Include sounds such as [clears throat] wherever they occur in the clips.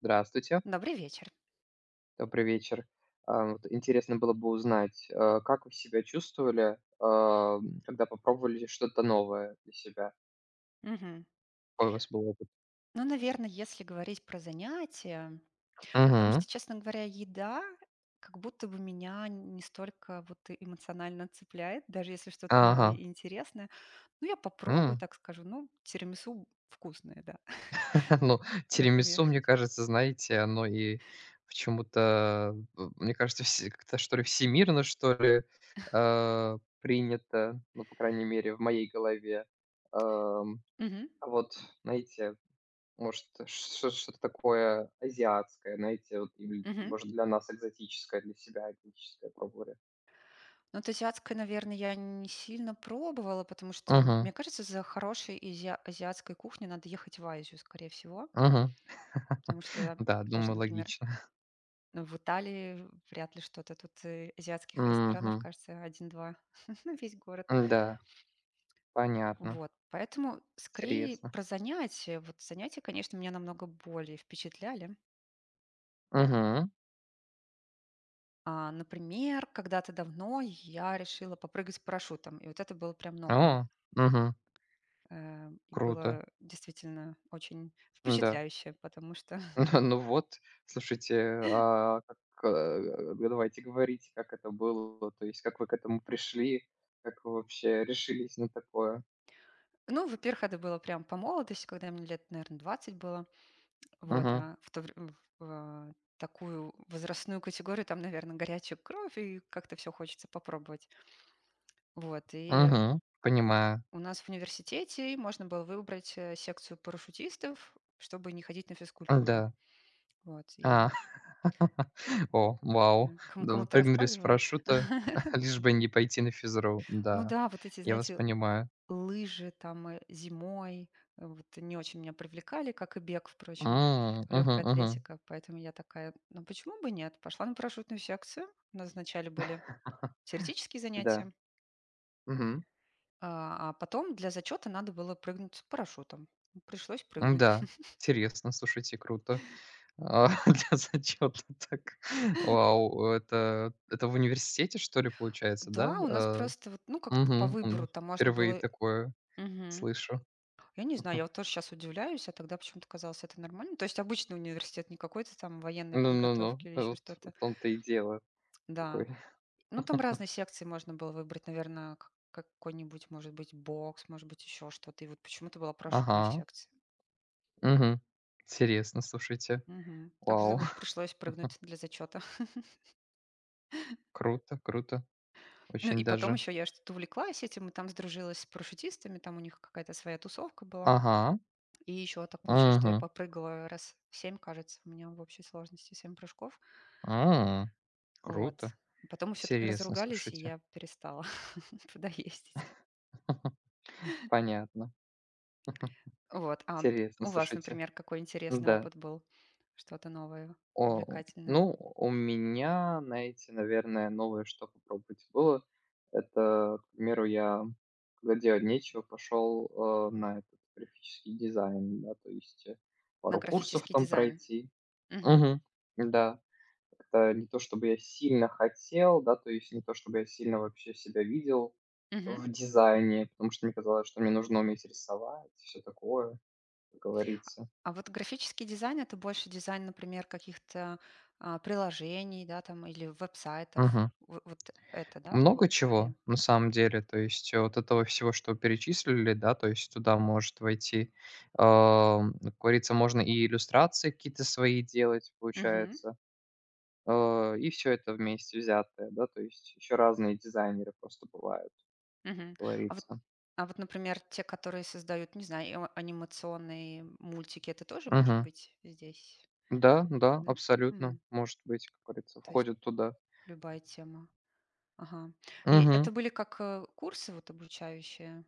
Здравствуйте, Добрый вечер. добрый вечер. Вот интересно было бы узнать, как вы себя чувствовали, когда попробовали что-то новое для себя? Мгм. Какой у вас был опыт? Ну, наверное, если говорить про занятия, потому Мгм. что, честно говоря, еда как будто бы меня не столько вот и эмоционально цепляет, даже если что-то Ага. новое и интересное. Ну, я попробую, М. так скажу, ну, тирамису вкусное, да, [laughs] [laughs] Ну, например. тирамису, мне кажется, знаете, оно и почему-то, мне кажется, все как-то, что ли, всемирно, что ли, принято, ну, по крайней мере, в моей голове. Ам, Мгм. а вот, знаете, может, ш что-то такое азиатское, знаете, вот, или, Мгм. может, для нас экзотическое, для себя экзотическое пробовали. Ну, вот азиатское, наверное, я не сильно пробовала, потому что, Мгм, мне кажется, за хорошей азиатской кухней надо ехать в Азию, скорее всего, мгм. потому [laughs] что, Да, опять же, думаю, например, логично. ну, в Италии вряд ли что-то. Тут, азиатских ресторанов, Мгм. кажется, один-два, [laughs] на весь город. Да, понятно. Вот, поэтому скорее Интересно. про занятия. Вот занятия, конечно, меня намного более впечатляли. Мгм. А, например, когда-то давно я решила попрыгать с парашютом, и вот это было прям новое. О, мгм. И Круто. было действительно очень Да. впечатляюще, потому что, [laughs] [laughs] Ну вот, слушайте, а как, давайте говорить, как это было, то есть как вы к этому пришли, как вы вообще решились на такое? ну, во-первых, это было прям по молодости, когда мне лет, наверное, 20 было. Вот, Мгм, а в то вре в такую возрастную категорию там, наверное, горячая кровь, и как-то все хочется попробовать. Вот, и мгм. Понимаю. у нас в университете можно было выбрать, секцию парашютистов, чтобы не ходить на физкультуру. Да. Вот, я не А. [laughs] О, вау. знаю, Да, вы кому-то прыгнули с рассказывала. парашюта, [laughs] [laughs] лишь бы не пойти на физру. Ну Да, да, вот эти, я вас знаете, понимаю. лыжи там, зимой, вот не очень меня привлекали, как и бег, впрочем, М, мгм, легкая мгм. атлетика. Поэтому я такая: "Ну, почему бы нет?" Пошла на парашютную секцию. У нас вначале были [laughs] теоретические Да. занятия, Мгм. а потом для зачета надо было прыгнуть с парашютом. Ну, пришлось прыгнуть. Да. [laughs] Интересно, слушайте, круто. А, [laughs] для зачёта так. Вау, это в университете, что ли, получается, да? Да, у нас А, просто вот, ну, как-то по мгм, выбору там можно впервые было. такое Мгм. слышу. Я не знаю, я [laughs] вот тоже сейчас удивляюсь, а тогда почему-то казалось это нормально. То есть обычный университет, не какой-то там военной Ну ну ну, подготовки или еще вот что-то. в том-то и дело. Да. Такой. Ну, там [laughs] разные секции можно было выбрать, наверное, какой-нибудь, может быть, бокс, может быть, еще что-то. И вот почему-то была парашютная Ага. секция. Мгм. Интересно, слушайте. Мгм. Так что Вау, вот [laughs] пришлось прыгнуть для зачета. круто, круто. Ну Очень и потом даже. еще я что-то увлеклась этим и там сдружилась с парашютистами, там у них какая-то своя тусовка была. Ага. И еще так получилось, что я Угу, попрыгала раз семь, кажется, у меня в общей сложности семь прыжков. круто. Вот. Потом мы все-таки Интересно, разругались, и слушайте. я перестала [laughs] туда ездить. [laughs] Понятно. Вот. А Интересно, у вас, слушайте. например, какой интересный Да. опыт был? Что-то новое, О, увлекательное? ну, у меня, знаете, наверное, новое, что попробовать было, это, к примеру, я, когда делать нечего, пошел, на этот графический дизайн, да, то есть, На пару курсов графический там дизайн. пройти. Мгм. Угу. Да. Это не то чтобы я сильно хотел, да, то есть не то чтобы я сильно вообще себя видел Мгм. в дизайне, потому что мне казалось, что мне нужно уметь рисовать, все такое, как говорится. А вот графический дизайн — это больше дизайн, например, каких-то, а, приложений, да, там или веб-сайтов. Мгм. В вот это, да, вот Много скорее? чего, на самом деле. То есть вот этого всего, что перечислили, да, то есть туда может войти, как говорится, можно и иллюстрации какие-то свои делать, Мгм, получается, и все это вместе взятое, да, то есть еще разные дизайнеры просто бывают, мгм. как А вот говорится. а вот, например, те, которые создают, не знаю, анимационные мультики, это тоже может Мгм. быть здесь, Да, да, да? абсолютно, М, может быть, как говорится, то есть входит туда. любая тема. Ага. И Мгм. это были как, курсы вот обучающие?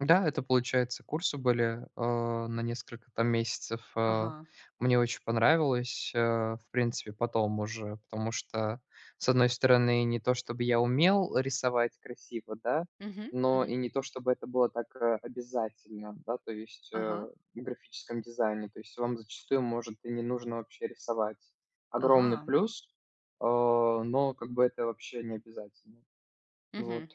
Да, это, получается, курсы были, на несколько там месяцев. А, Ага. мне очень понравилось, в принципе, потом уже, потому что, с одной стороны, не то чтобы я умел рисовать красиво, да, Мгм, но мгм. и не то чтобы это было так, обязательно, да, то есть, Ага, в графическом дизайне. То есть вам зачастую может и не нужно вообще рисовать. Огромный ага. плюс, но как бы это вообще не обязательно. Вот, Мгм.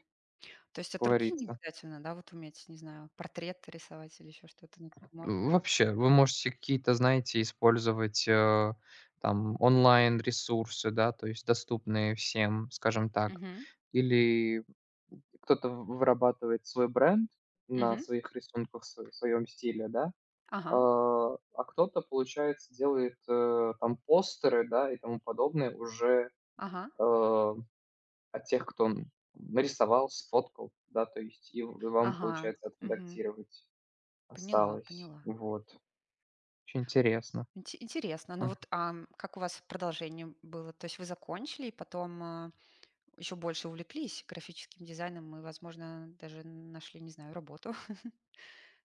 То есть как от руки не говорится. обязательно, да, вот уметь, не знаю, портрет рисовать или еще что-то, ну, можно. Вообще, вы можете какие-то, знаете, использовать, там онлайн-ресурсы, да, то есть доступные всем, скажем так. Мгм. Или кто-то в вырабатывает свой бренд на Мгм. своих рисунках, св своем стиле, да, Ага. а кто-то, получается, делает, там постеры, да, и тому подобное уже, Ага. э, от тех, кто н нарисовал, сфоткал, да, то есть и в и вам, Ага. получается, Мгм. отредактировать Поняла, осталось. поняла. Вот. Очень интересно. Интересно. Ну Мгм. вот, ам, как у вас продолжение было? То есть вы закончили и потом, а, еще больше увлеклись графическим дизайном и, возможно, даже нашли, не знаю, работу [laughs]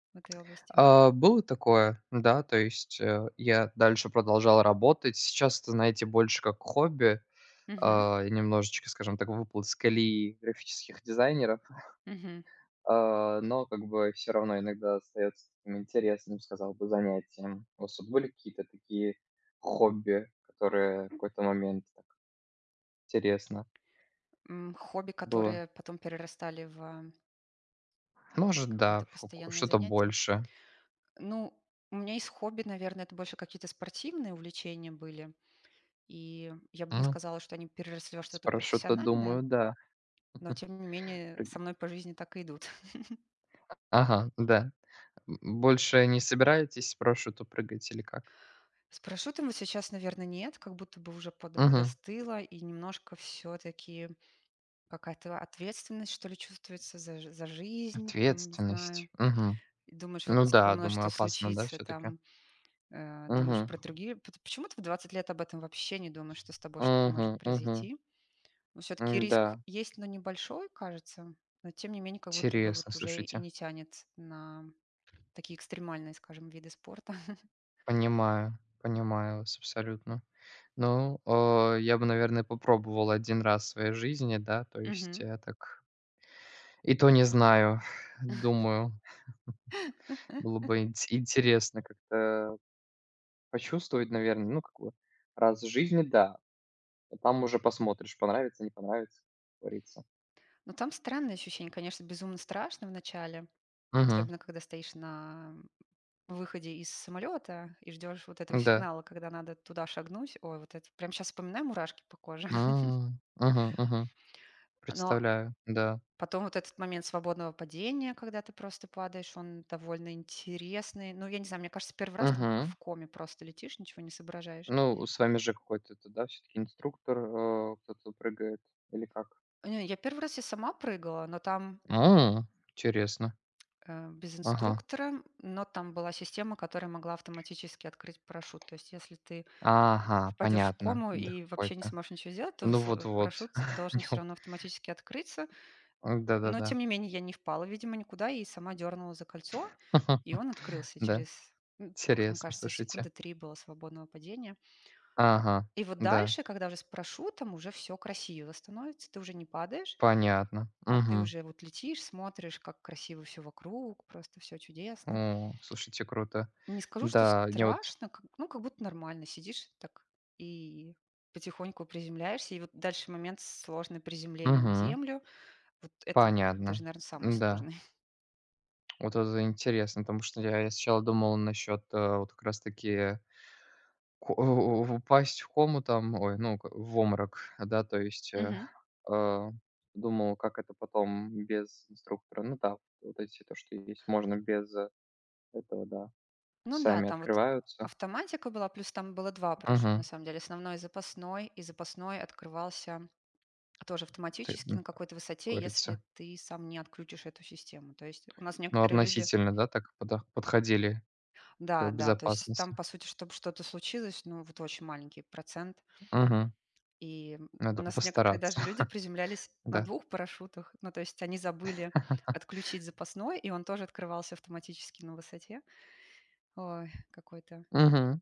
в этой области? Было такое, да, то есть, я дальше продолжал работать. Сейчас это, знаете, больше как хобби, Мгм. И немножечко, скажем так, выпал из колеи графических дизайнеров, Мгм. Но как бы все равно иногда остается таким интересным, сказал бы, занятием. У вас вот были какие-то такие хобби, которые в какой-то момент так интересно М, хобби, было? которые потом перерастали в а, Может, да, какое-то в каку постоянное что-то занятие? больше. Ну, у меня из хобби, наверное, это больше какие-то спортивные увлечения были. И я бы не Ну, сказала, что они переросли во что-то спрошу-то, профессиональное, думаю, да. но [laughs] тем не менее со мной по жизни так и идут. [laughs] Ага, да. Больше не собираетесь по парашюту прыгать или как? С парашютом вот сейчас, наверное, нет, как будто бы уже Угу. подостыло, и немножко все-таки какая-то ответственность, что ли, чувствуется за, за жизнь, там, не Ответственность. знаю. Угу. И думаешь, вот Ну со да, мной думаю, что опасно, да, случится, все таки. там, думаешь Угу. про другие. Почему ты в 20 лет об этом вообще не думаешь, что с тобой что-то может Угу. Угу. произойти? Но все-таки риск Да. есть, но небольшой, кажется. Но тем не менее, как будто бы Интересно, вот уже и слушайте. не тянет на такие экстремальные, скажем, виды спорта. Понимаю, понимаю вас абсолютно. Ну, я бы, наверное, попробовал один раз в своей жизни, да, то [laughs] есть Мгм. я так и то не знаю, [laughs] [sighs] думаю, было бы интересно как-то почувствовать, наверное. Ну, как бы раз в жизни, да. А там уже посмотришь, понравится, не понравится, как говорится. Но там странное ощущение, конечно, безумно страшно в начале, Мгм. особенно когда стоишь на выходе из самолета и ждешь вот этого Да. сигнала, когда надо туда шагнуть. Ой, вот это прям сейчас вспоминаю мурашки по коже. [laughs] М. Мгм, мгм. Но Представляю, да. потом вот этот момент свободного падения, когда ты просто падаешь, он довольно интересный. Ну, я не знаю, мне кажется, первый раз там как Мгм. в коме просто летишь, ничего не соображаешь. Ну, с вами же какой-то это, да, все таки инструктор, кто-то прыгает или как? Не, я первый раз я сама прыгала, но там Интересно. Без Ага. инструктора, но там была система, которая могла автоматически открыть парашют. То есть если ты Ага, впадешь в понятно. кому Да и вообще не какой-то. сможешь ничего сделать, то Ну вот-вот. парашют [laughs] должен все Неоп равно автоматически открыться. Но, Да-да-да. тем не менее, я не впала, видимо, никуда и сама дернула за кольцо, и он [laughs] открылся Да. через, м, сколько там, Интересно, кажется, слушайте. секунды 3 было свободного падения. Ага, И вот да, дальше, когда уже с парашютом, уже все красиво становится. Ты уже не падаешь, понятно. а ты Мгм. уже вот летишь, смотришь, как красиво все вокруг, просто все чудесно. О, слушайте, круто. Не скажу, что Да, мне вот. страшно, как ну, как будто нормально сидишь так и потихоньку приземляешься. И вот дальше момент сложное приземление на Мгм. землю. Вот это даже, Понятно. наверное, самый Да. сложный. Вот это интересно, потому что я сначала думал насчет, вот как раз таки ко у упасть в кому там, ой, ну, к в обморок, да, то есть, [laughs] э, думал, как это потом без инструктора. Ну да, вот эти то, что есть, можно без, этого, да. Ну да, Сами там вот открываются. автоматика была, плюс там было 2 парашюта на Мгм. самом деле: основной и запасной. И запасной открывался тоже Ты, автоматически на как какой-то высоте, если говорится, ты сам не отключишь эту систему. То есть у нас ну, некоторые люди. относительно, да, так подо подходили к Да, да, то есть там, безопасности. по сути, чтобы что-то случилось, ну, вот очень маленький процент. Мгм. И у Надо нас некоторые постараться, даже люди приземлялись [laughs] на да. двух парашютах. Ну, то есть они забыли отключить запасной, и он тоже открывался автоматически на высоте. Ой, какой-то. Мгм.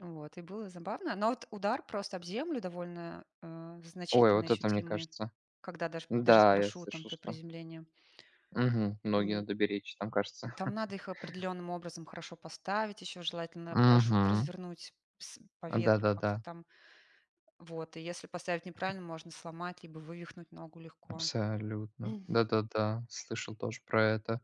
Вот, и было забавно. Но вот удар просто об землю довольно, Ой, значительно вот это мне ощутимый, кажется. когда даже с Да, я парашютом слышал, при что. приземлении. Мгм. Ноги М, надо беречь, там кажется. там надо их определенным образом хорошо поставить, еще желательно парашют Мгм. развернуть с по ветру Да-да-да, как-то там. Вот, и если поставить неправильно, можно сломать либо вывихнуть ногу легко. абсолютно. [clears throat] Да-да-да, слышал тоже про это.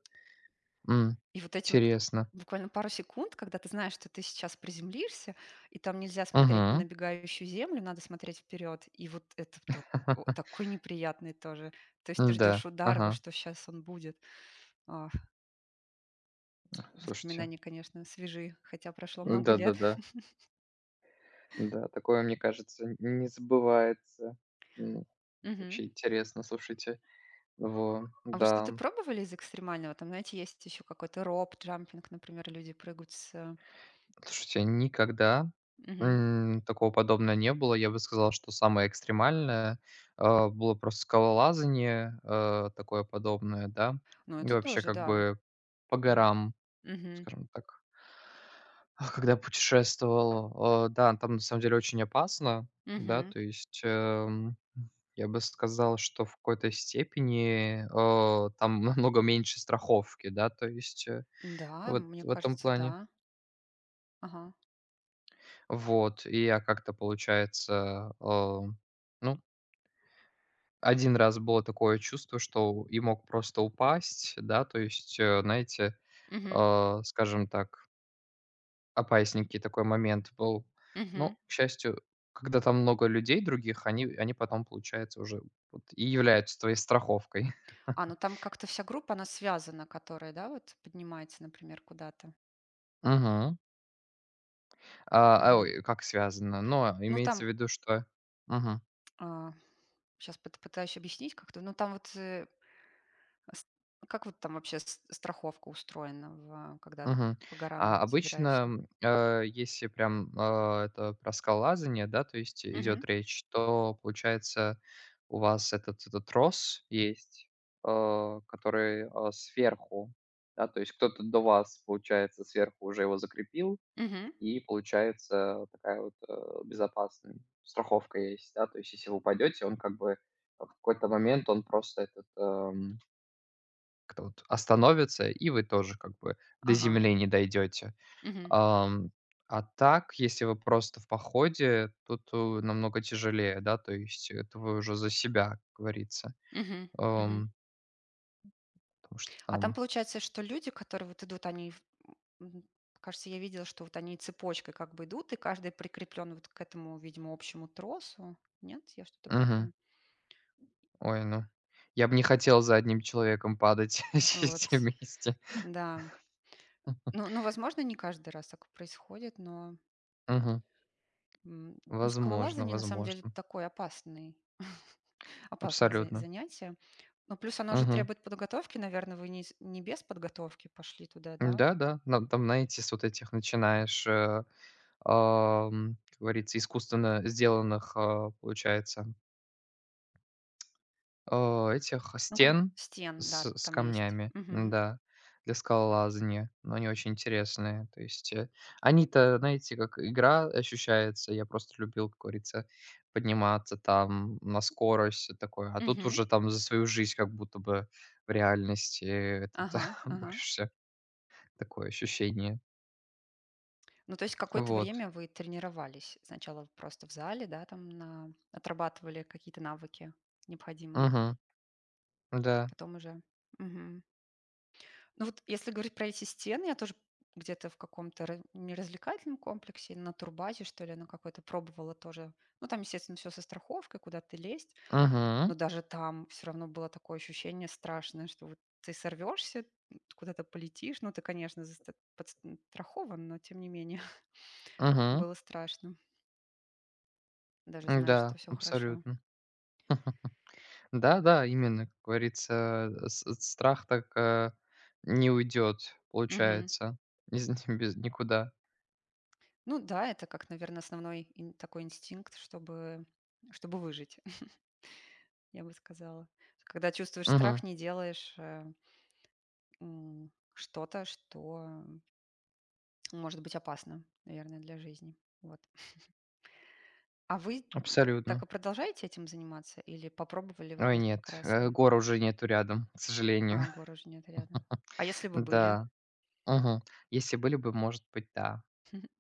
М, И вот эти вот Интересно. буквально пару секунд, когда ты знаешь, что ты сейчас приземлишься, и там нельзя смотреть на Мгм. набегающую землю, надо смотреть вперед. И вот это о, [laughs] такой неприятный тоже. То есть ты Да, ждешь удара, во ага. что сейчас он будет. А, Слушайте, воспоминания, конечно, свежи, хотя прошло много лет. да-да-да. [laughs] Да, такое, мне кажется, н не забывается. М, Мгм. Очень интересно, слушайте. Во, А вы да. что-то пробовали из экстремального? Там, знаете, есть еще какой-то роп, джампинг, например, люди прыгают с... э, Слушайте, никогда, мгм. Такого подобного не было. Я бы сказал, что самое экстремальное, было просто скалолазание, такое подобное, да. Ну, И это вообще тоже, как да. бы по М. горам, Мгм. скажем так. Когда путешествовал, да, там на самом деле очень опасно, да, Мгм. то есть, я бы сказал, что в какой-то степени, там [laughs] намного меньше страховки, да, то есть, Да, вот мне в этом кажется, плане. да. Ага. Вот, и я как-то, получается, ну, один раз было такое чувство, что и мог просто упасть, да, то есть, знаете, Мгм. Скажем так, опасненький такой момент был. Мгм. Но, к счастью, когда там много людей других, они потом, получается, уже вот и являются твоей страховкой. А, ну там как-то вся группа, она связана, которая, да, вот поднимается, например, куда-то. [laughs] Мгм. Мгм. Ой, как связано? Но Ну имеется там, в виду, что мгм. сейчас пытаюсь объяснить как-то, ну там вот, с- как вот там вообще страховка устроена, в, когда Мгм. по А горам обычно, забираешься? Если прям, это про скалолазание, да, то есть Мгм. идет речь, то получается у вас этот трос есть, который, сверху, да, то есть кто-то до вас, получается, сверху уже его закрепил, Мгм. и получается такая вот, безопасная страховка есть, да, то есть если вы упадете, он как бы в какой-то момент он просто этот, как-то вот остановится, и вы тоже как бы до Ага. земли не дойдете. Мгм. Ам, а так, если вы просто в походе, тут, намного тяжелее, да, то есть это вы уже за себя, как говорится. Мгм. Мгм. Эм, Потому что А там там. получается, что люди, которые вот идут, они, м, кажется, я видела, что вот они цепочкой как бы идут, и каждый прикреплен вот к этому, видимо, общему тросу. Нет, я что-то Мгм. путаю. Ой, ну, я бы не хотел за одним человеком падать, [laughs] все Вот, все вместе. да. Ну ну, возможно, не каждый раз так происходит, но, Мгм. м, ну, Возможно скалолазание на самом деле возможно. такое опасный [laughs] опасное за Абсолютно. занятие. Ну, плюс оно же Мгм. требует подготовки, наверное, вы не без подготовки пошли туда, да? Да-да, на там на ETS вот этих начинаешь, как говорится, искусственно сделанных, получается, этих Ну, как стен стен, да, с там есть. камнями, Мгм. да, для скалолазания, но они очень интересные. То есть, они-то, знаете, как игра ощущается. Я просто любил, как говорится, подниматься там на скорость, всё такое. А тут Мгм. уже там за свою жизнь как будто бы в реальности этот Ага, [laughs] ага. борешься. Такое ощущение. Ну, то есть какое-то Вот. время вы тренировались. Сначала просто в зале, да, там на отрабатывали какие-то навыки необходимые, Мгм. Да. потом уже. Мгм. Ну вот если говорить про эти стены, я тоже где-то в каком-то не развлекательном комплексе, на турбазе, что ли, на какой-то пробовала тоже. Ну, там, естественно, все со страховкой, куда ты лезть. Но Мгм. даже там все равно было такое ощущение страшное, что вот ты сорвешься, куда-то полетишь. Ну, ты, конечно, подстрахован, но тем не менее [laughs] Мгм. было страшно. Даже знаешь, что Да, все хорошо. абсолютно. Да-да, именно, как говорится, страх так, не уйдет, Мгм. получается, из [laughs] без никуда. Ну да, это как, наверное, основной такой инстинкт, чтобы, чтобы выжить. Я бы сказала. Когда чувствуешь страх, Мгм. не делаешь, м, что-то, что может быть опасно, наверное, для жизни. Вот. А вы, так Абсолютно. и продолжаете этим заниматься или попробовали вот Ой, нет, несколько раз и. гор уже нету рядом, к А, сожалению. гор [laughs] уже нет рядом. А если бы были? Да, мгм. Если были бы, может быть, да. [laughs]